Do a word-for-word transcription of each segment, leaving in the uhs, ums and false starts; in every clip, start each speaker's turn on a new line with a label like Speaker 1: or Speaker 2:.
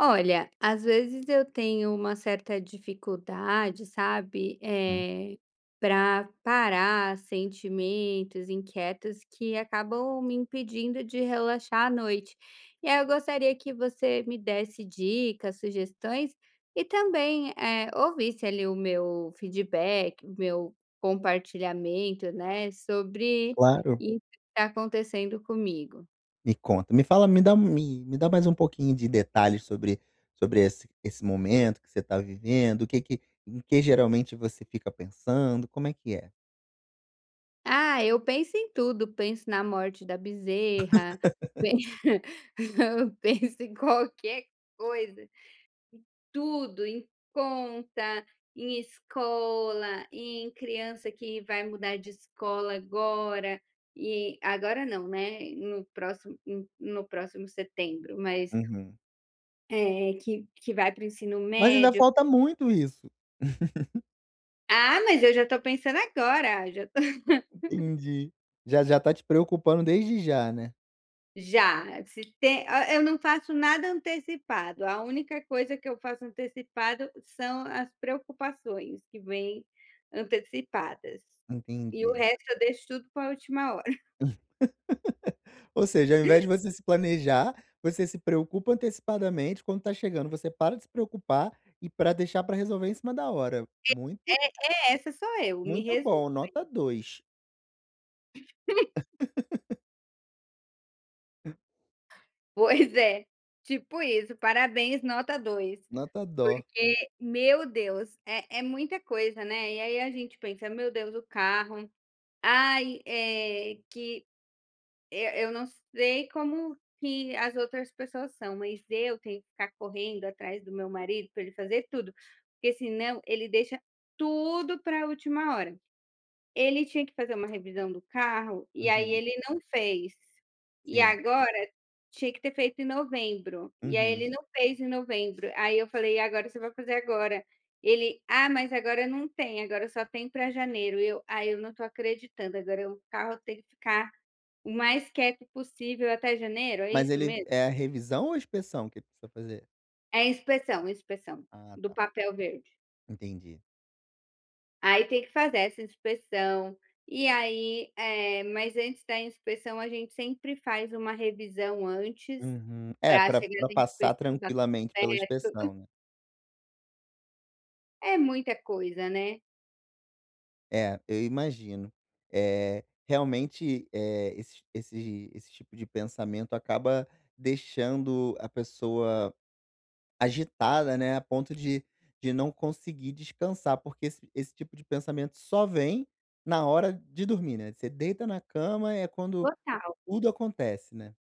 Speaker 1: Olha, às vezes eu tenho uma certa dificuldade, sabe,
Speaker 2: Hum,
Speaker 1: eh, para parar sentimentos, inquietos que acabam me impedindo de relaxar à noite. E aí eu gostaria que você me desse dicas, sugestões e também, eh, ouvisse ali o meu feedback, o meu compartilhamento, né, sobre
Speaker 2: claro.
Speaker 1: isso que está acontecendo comigo.
Speaker 2: Me conta, me fala, me dá um, me me dá mais um pouquinho de detalhes sobre sobre esse esse momento que você está vivendo, o que que em que geralmente você fica pensando, como é que é?
Speaker 1: Ah, eu penso em tudo, penso na morte da bezerra, pe penso em qualquer coisa, tudo, em conta, em escola, em criança que vai mudar de escola agora, e agora não, né, no próximo no no próximo setembro, mas,
Speaker 2: Uhum.
Speaker 1: eh, que que vai para o ensino
Speaker 2: Mas ainda
Speaker 1: médio.
Speaker 2: falta muito isso.
Speaker 1: Ah, mas eu já estou pensando agora, já.
Speaker 2: Entendi. Já já tá te preocupando desde já, né.
Speaker 1: Já, se tem ah, eu não faço nada antecipado, a única coisa que eu faço antecipado são as preocupações que vêm antecipadas, e o
Speaker 2: Entendi.
Speaker 1: resto eu deixo tudo para a última hora.
Speaker 2: Ou seja, ao invés de você se planejar, você se preocupa antecipadamente, quando tá chegando você para de se preocupar e para deixar para resolver em cima da hora.
Speaker 1: É
Speaker 2: Muito
Speaker 1: é, essa sou eu, me
Speaker 2: muito
Speaker 1: resumo.
Speaker 2: bom, nota dois.
Speaker 1: Pois é, tipo isso, parabéns nota dois.
Speaker 2: Nota dó.
Speaker 1: Porque, meu Deus, é é muita coisa, né, e aí a gente pensa: "Meu Deus, o carro, ai, é que". E eu não sei como que as outras pessoas são, mas eu tenho que ficar correndo atrás do meu marido para ele fazer tudo, porque senão ele deixa tudo para a última hora. Ele tinha que fazer uma revisão do carro, e aí
Speaker 2: Uhum.
Speaker 1: ele não fez. E
Speaker 2: Sim.
Speaker 1: agora tinha que ter feito em novembro, e aí
Speaker 2: Uhum.
Speaker 1: ele não fez em novembro. Aí eu falei: "E agora você vai fazer agora?" Ele: "Ah, mas agora não tem, agora só tem para janeiro". Eu: "Ai, eu não estou acreditando, agora o carro tem que ficar o mais quieto possível até janeiro, é
Speaker 2: Mas
Speaker 1: isso
Speaker 2: ele
Speaker 1: mesmo?
Speaker 2: é a revisão ou a inspeção que ele precisa fazer?
Speaker 1: É inspeção, inspeção
Speaker 2: Ah,
Speaker 1: do
Speaker 2: tá.
Speaker 1: papel verde.
Speaker 2: Entendi.
Speaker 1: Aí tem que fazer essa inspeção, e aí, eh, mas antes da inspeção a gente sempre faz uma revisão antes,
Speaker 2: Uhum. É,
Speaker 1: para
Speaker 2: pra
Speaker 1: chegar
Speaker 2: pra
Speaker 1: na
Speaker 2: passar
Speaker 1: inspeção tá tudo
Speaker 2: tranquilamente pela inspeção,
Speaker 1: certo.
Speaker 2: né.
Speaker 1: É muita coisa, né?
Speaker 2: É, eu imagino. É realmente, é esse esse esse tipo de pensamento acaba deixando a pessoa agitada, né, a ponto de de não conseguir descansar, porque esse esse tipo de pensamento só vem na hora de dormir, né. Você deita na cama, é quando
Speaker 1: Total.
Speaker 2: tudo acontece, né.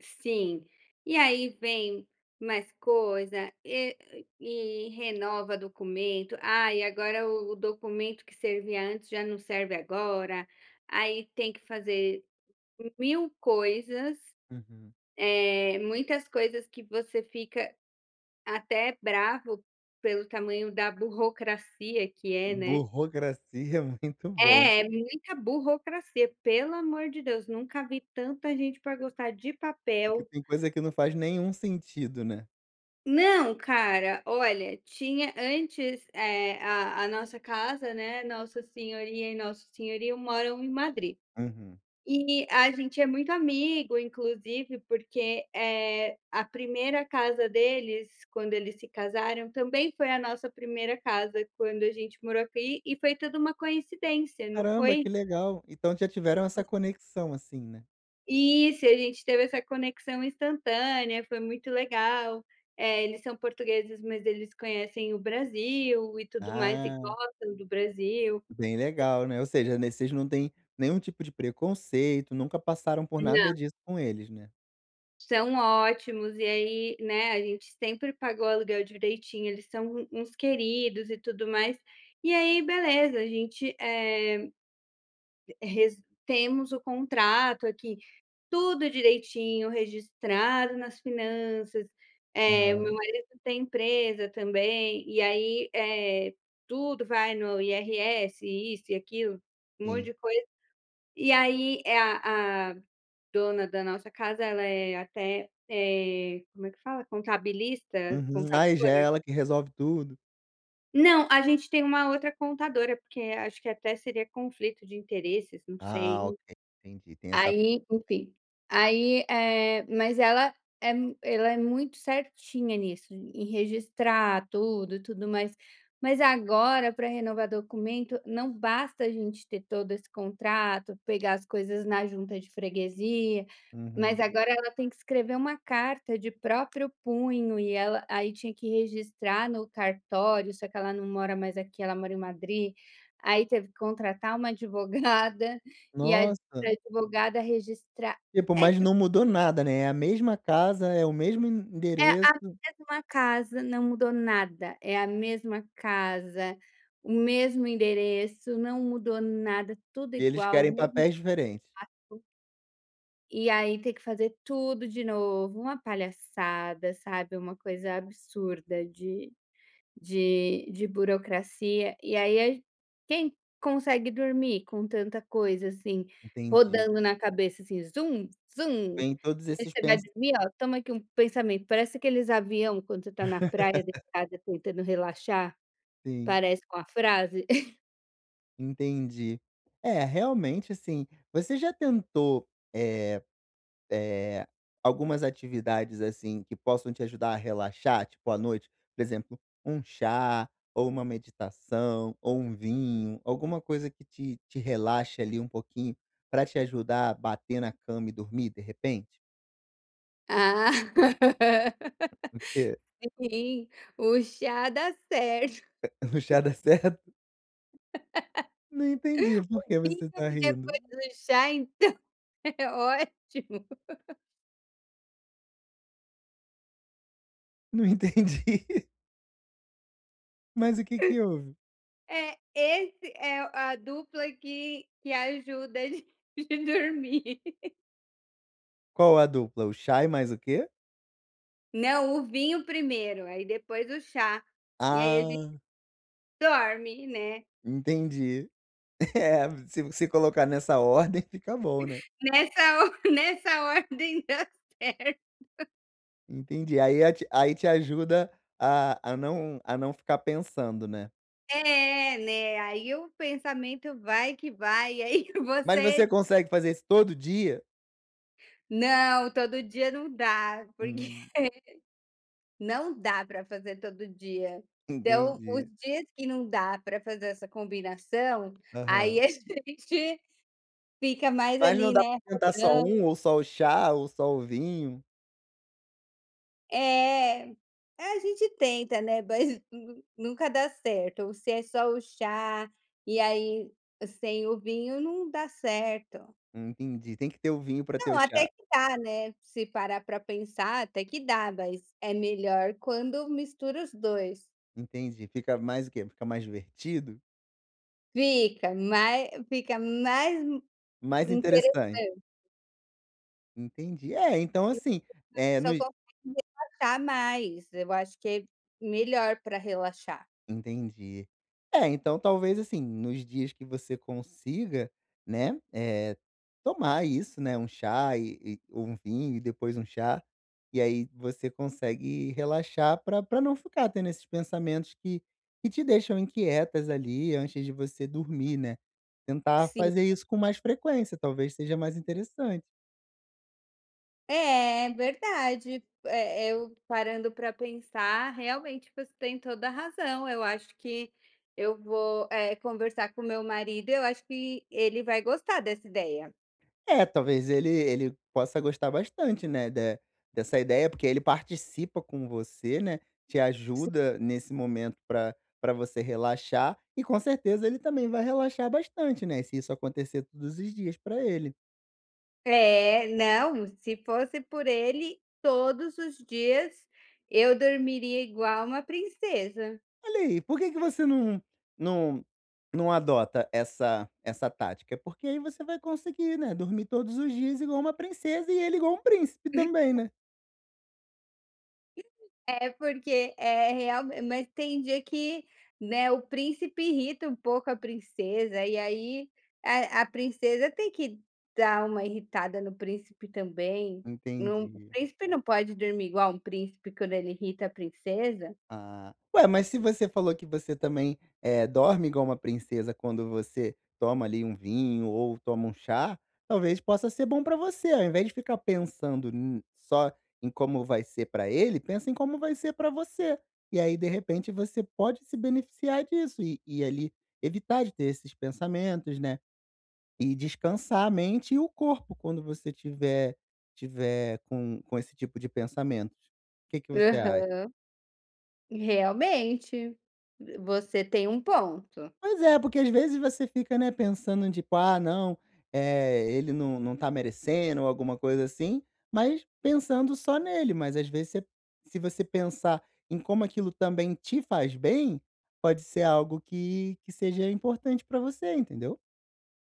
Speaker 1: Sim. E aí vem mais coisa e e renova documento. Ah e agora o o documento que servia antes já não serve agora. Aí tem que fazer mil coisas,
Speaker 2: Uhum.
Speaker 1: eh, muitas coisas que você fica até bravo pelo tamanho da burocracia que é, né.
Speaker 2: Burocracia é muito bom,
Speaker 1: É, é muita burocracia, pelo amor de Deus, nunca vi tanta gente para gostar de
Speaker 2: que
Speaker 1: papel.
Speaker 2: tem coisa que não faz nenhum sentido, né.
Speaker 1: Não, cara, olha, tinha antes, eh, a a nossa casa, né, nossa senhoria e nosso senhorio moram em Madrid.
Speaker 2: Uhum.
Speaker 1: E a gente é muito amigo, inclusive, porque, eh, a primeira casa deles, quando eles se casaram, também foi a nossa primeira casa quando a gente morou aqui, e foi tudo uma coincidência, não
Speaker 2: Caramba,
Speaker 1: foi.
Speaker 2: que legal. Então já tiveram essa conexão, assim, né.
Speaker 1: Isso, e a gente teve essa conexão instantânea, foi muito legal. Eh, eles são portugueses, mas eles conhecem o Brasil e tudo mais e
Speaker 2: Ah,
Speaker 1: gostam do Brasil.
Speaker 2: bem legal, né. Ou seja, né, vocês não têm nenhum tipo de preconceito, nunca passaram por
Speaker 1: Hã.
Speaker 2: nada disso com eles, né.
Speaker 1: São ótimos, e aí, né, a gente sempre pagou o aluguel direitinho, eles são um uns queridos e tudo mais. E aí beleza, a gente, eh, res temos o contrato aqui. Tudo direitinho, registrado nas finanças. Eh, o meu
Speaker 2: Aham,
Speaker 1: marido tem empresa também, e aí, eh, tudo vai no I R S, isso e aquilo, um monte
Speaker 2: sim.
Speaker 1: de coisa. E aí, eh, a a dona da nossa casa, ela é até, eh, como é que fala? Contabilista,
Speaker 2: Uhum. Ai, já é
Speaker 1: contadora?
Speaker 2: ela que resolve tudo.
Speaker 1: Não, a gente tem uma outra contadora, porque acho que até seria conflito de interesses, não
Speaker 2: Ah,
Speaker 1: sei.
Speaker 2: ok, entendi, tem essa
Speaker 1: Aí, enfim. Aí, eh, mas ela é mu- ela é muito certinha nisso, em registrar tudo e tudo mais. Mas agora, para renovar documento, não basta a gente ter todo esse contrato, pegar as coisas na junta de freguesia, mas
Speaker 2: uhum.
Speaker 1: agora ela tem que escrever uma carta de próprio punho e ela aí tinha que registrar no cartório, só que ela não mora mais aqui, ela mora em Madrid. Aí teve que contratar uma advogada e a Pra
Speaker 2: Nossa,
Speaker 1: advogada registrar
Speaker 2: tipo,
Speaker 1: é
Speaker 2: mas
Speaker 1: tipo,
Speaker 2: não mudou nada, né, é a mesma casa, é o mesmo
Speaker 1: é a
Speaker 2: endereço.
Speaker 1: mesma casa, não mudou nada, é a mesma casa, o mesmo endereço, não mudou nada, tudo
Speaker 2: E eles
Speaker 1: igual, o
Speaker 2: querem
Speaker 1: mesmo.
Speaker 2: papéis diferentes.
Speaker 1: E aí tem que fazer tudo de novo, uma palhaçada, sabe, uma coisa absurda de De de burocracia, e aí a quem consegue dormir com tanta coisa, assim,
Speaker 2: Entendi.
Speaker 1: rodando na cabeça, assim, zoom zoom.
Speaker 2: Vem todos
Speaker 1: Aí
Speaker 2: esses
Speaker 1: você vai
Speaker 2: pens
Speaker 1: dormir, ó, toma aqui um pensamento, parece aqueles avião quando você está na praia deitada tentando relaxar,
Speaker 2: sim,
Speaker 1: parece com a frase.
Speaker 2: entendi. É, realmente, assim, você já tentou, eh eh, algumas atividades, assim, que possam te ajudar a relaxar, tipo, à noite? Por exemplo, um chá, ou uma meditação, ou um vinho, alguma coisa que te te relaxe ali um pouquinho, para te ajudar a bater na cama e dormir, de repente?
Speaker 1: Ah,
Speaker 2: Porque
Speaker 1: sim, o chá dá certo,
Speaker 2: o chá dá certo? Não entendi por que
Speaker 1: vinho
Speaker 2: você tá
Speaker 1: e depois
Speaker 2: rindo.
Speaker 1: o chá, então é ótimo.
Speaker 2: Não entendi. Mas o que que houve?
Speaker 1: É, esse é a dupla que que ajuda a gente de dormir.
Speaker 2: Qual a dupla? O chá e mais o quê?
Speaker 1: Não, o vinho primeiro, aí depois o chá, e aí a gente
Speaker 2: Ah,
Speaker 1: dorme, né,
Speaker 2: entendi. É, se você colocar nessa ordem, fica bom, né?
Speaker 1: nessa or nessa ordem dá certo.
Speaker 2: Entendi. Aí a te aí te ajuda a a não a não ficar pensando, né.
Speaker 1: É, né, aí o pensamento vai que vai, e aí
Speaker 2: Mas você
Speaker 1: você
Speaker 2: consegue fazer isso todo dia?
Speaker 1: não, todo dia não dá, porque
Speaker 2: Hum,
Speaker 1: não dá para fazer todo dia. Então, os
Speaker 2: entendi.
Speaker 1: dias que não dá para fazer essa combinação, aí
Speaker 2: Aham.
Speaker 1: a gente fica mais
Speaker 2: Mas não
Speaker 1: ali,
Speaker 2: dá
Speaker 1: né,
Speaker 2: pra tentar só
Speaker 1: rodando.
Speaker 2: um, ou só o chá, ou só o vinho?
Speaker 1: É, a gente tenta, né, mas nu nunca dá certo, ou se é só o chá, e aí sem o vinho não dá certo.
Speaker 2: Entendi. Tem que ter o vinho pra ter
Speaker 1: Não,
Speaker 2: o
Speaker 1: até
Speaker 2: chá.
Speaker 1: que dá, né, se parar para pensar até que dá, mas é melhor quando mistura os dois.
Speaker 2: Entendi. Fica mais o quê? Fica mais divertido?
Speaker 1: Fica mais fica mais
Speaker 2: Mais interessante.
Speaker 1: interessante,
Speaker 2: Entendi. É, então assim,
Speaker 1: a
Speaker 2: é no
Speaker 1: pessoa consegue relaxar mais, eu acho que é melhor para relaxar.
Speaker 2: Entendi. É, então talvez, assim, nos dias que você consiga, né, eh, tomar isso, né, um chá e e ou um vinho e depois um chá, e aí você consegue relaxar para pra não ficar tendo esses pensamentos que que te deixam inquietas ali antes de você dormir, né. Tentar
Speaker 1: Sim.
Speaker 2: fazer isso com mais frequência, talvez seja mais interessante.
Speaker 1: É, verdade. Eh, eu parando para pensar, realmente você tem toda a razão. Eu acho que eu vou, eh, conversar com o meu marido, eu acho que ele vai gostar dessa ideia.
Speaker 2: É, talvez ele ele possa gostar bastante, né, de dessa ideia, porque ele participa com você, né, te
Speaker 1: Sim.
Speaker 2: ajuda nesse momento para para você relaxar e com certeza ele também vai relaxar bastante, né, se isso acontecer todos os dias para ele.
Speaker 1: É, não, se fosse por ele, todos os dias eu dormiria igual uma princesa.
Speaker 2: Olha aí, por que que você não não não adota essa essa tática? Porque aí você vai conseguir, né, dormir todos os dias igual uma princesa e ele igual um príncipe também, né.
Speaker 1: É, porque é real mas tem dia que, né, o príncipe irrita um pouco a princesa, e aí a a princesa tem que dar uma irritada no príncipe também. Não o
Speaker 2: Entendi.
Speaker 1: príncipe não pode dormir igual um príncipe quando ele irrita a princesa.
Speaker 2: Ah. Ué, mas se você falou que você também, eh, dorme igual uma princesa quando você toma ali um vinho ou toma um chá, talvez possa ser bom pra você, ao invés de ficar pensando n só em como vai ser pra ele, pensa em como vai ser pra você. E aí, de repente, você pode se beneficiar disso e e ali evitar de ter esses pensamentos, né, e descansar a mente e o corpo quando você tiver tiver com com esse tipo de pensamentos. Que que você acha?
Speaker 1: Aham. Realmente, você tem um ponto.
Speaker 2: Pois é, porque às vezes você fica, né, pensando tipo: "Ah não, é ele não não tá merecendo", ou alguma coisa assim, mas pensando só nele, mas às vezes você se você pensar em como aquilo também te faz bem, pode ser algo que que seja importante pra você, entendeu.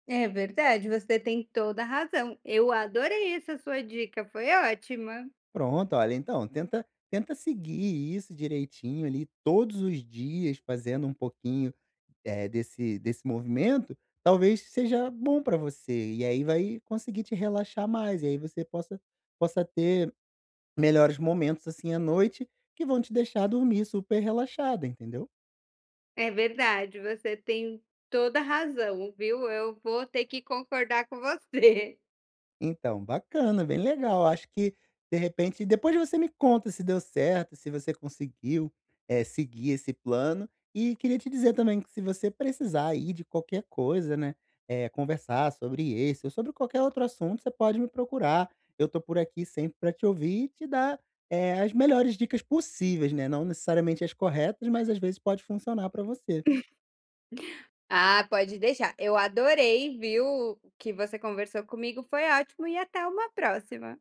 Speaker 1: É verdade, você tem toda a razão. Eu adorei essa sua dica, foi ótima.
Speaker 2: Pronto, olha, então tenta tenta seguir isso direitinho ali todos os dias, fazendo um pouquinho eh, desse desse movimento, talvez seja bom para você, e aí vai conseguir te relaxar mais, e aí você possa possa ter melhores momentos, assim, à noite, que vão te deixar dormir super relaxada, entendeu?
Speaker 1: É verdade, você tem toda a razão, viu? Eu vou ter que concordar com você.
Speaker 2: Então, bacana, bem legal. Acho que, de repente depois você me conta se deu certo, se você conseguiu, eh, seguir esse plano. E queria te dizer também que se você precisar aí de qualquer coisa, né, eh, conversar sobre esse ou sobre qualquer outro assunto, você pode me procurar. Eu tô por aqui sempre para te ouvir e te dar, eh, as melhores dicas possíveis, né, não necessariamente as corretas, mas às vezes pode funcionar para você.
Speaker 1: Ah, pode deixar. Eu adorei, viu? O que você conversou comigo foi ótimo e até uma próxima.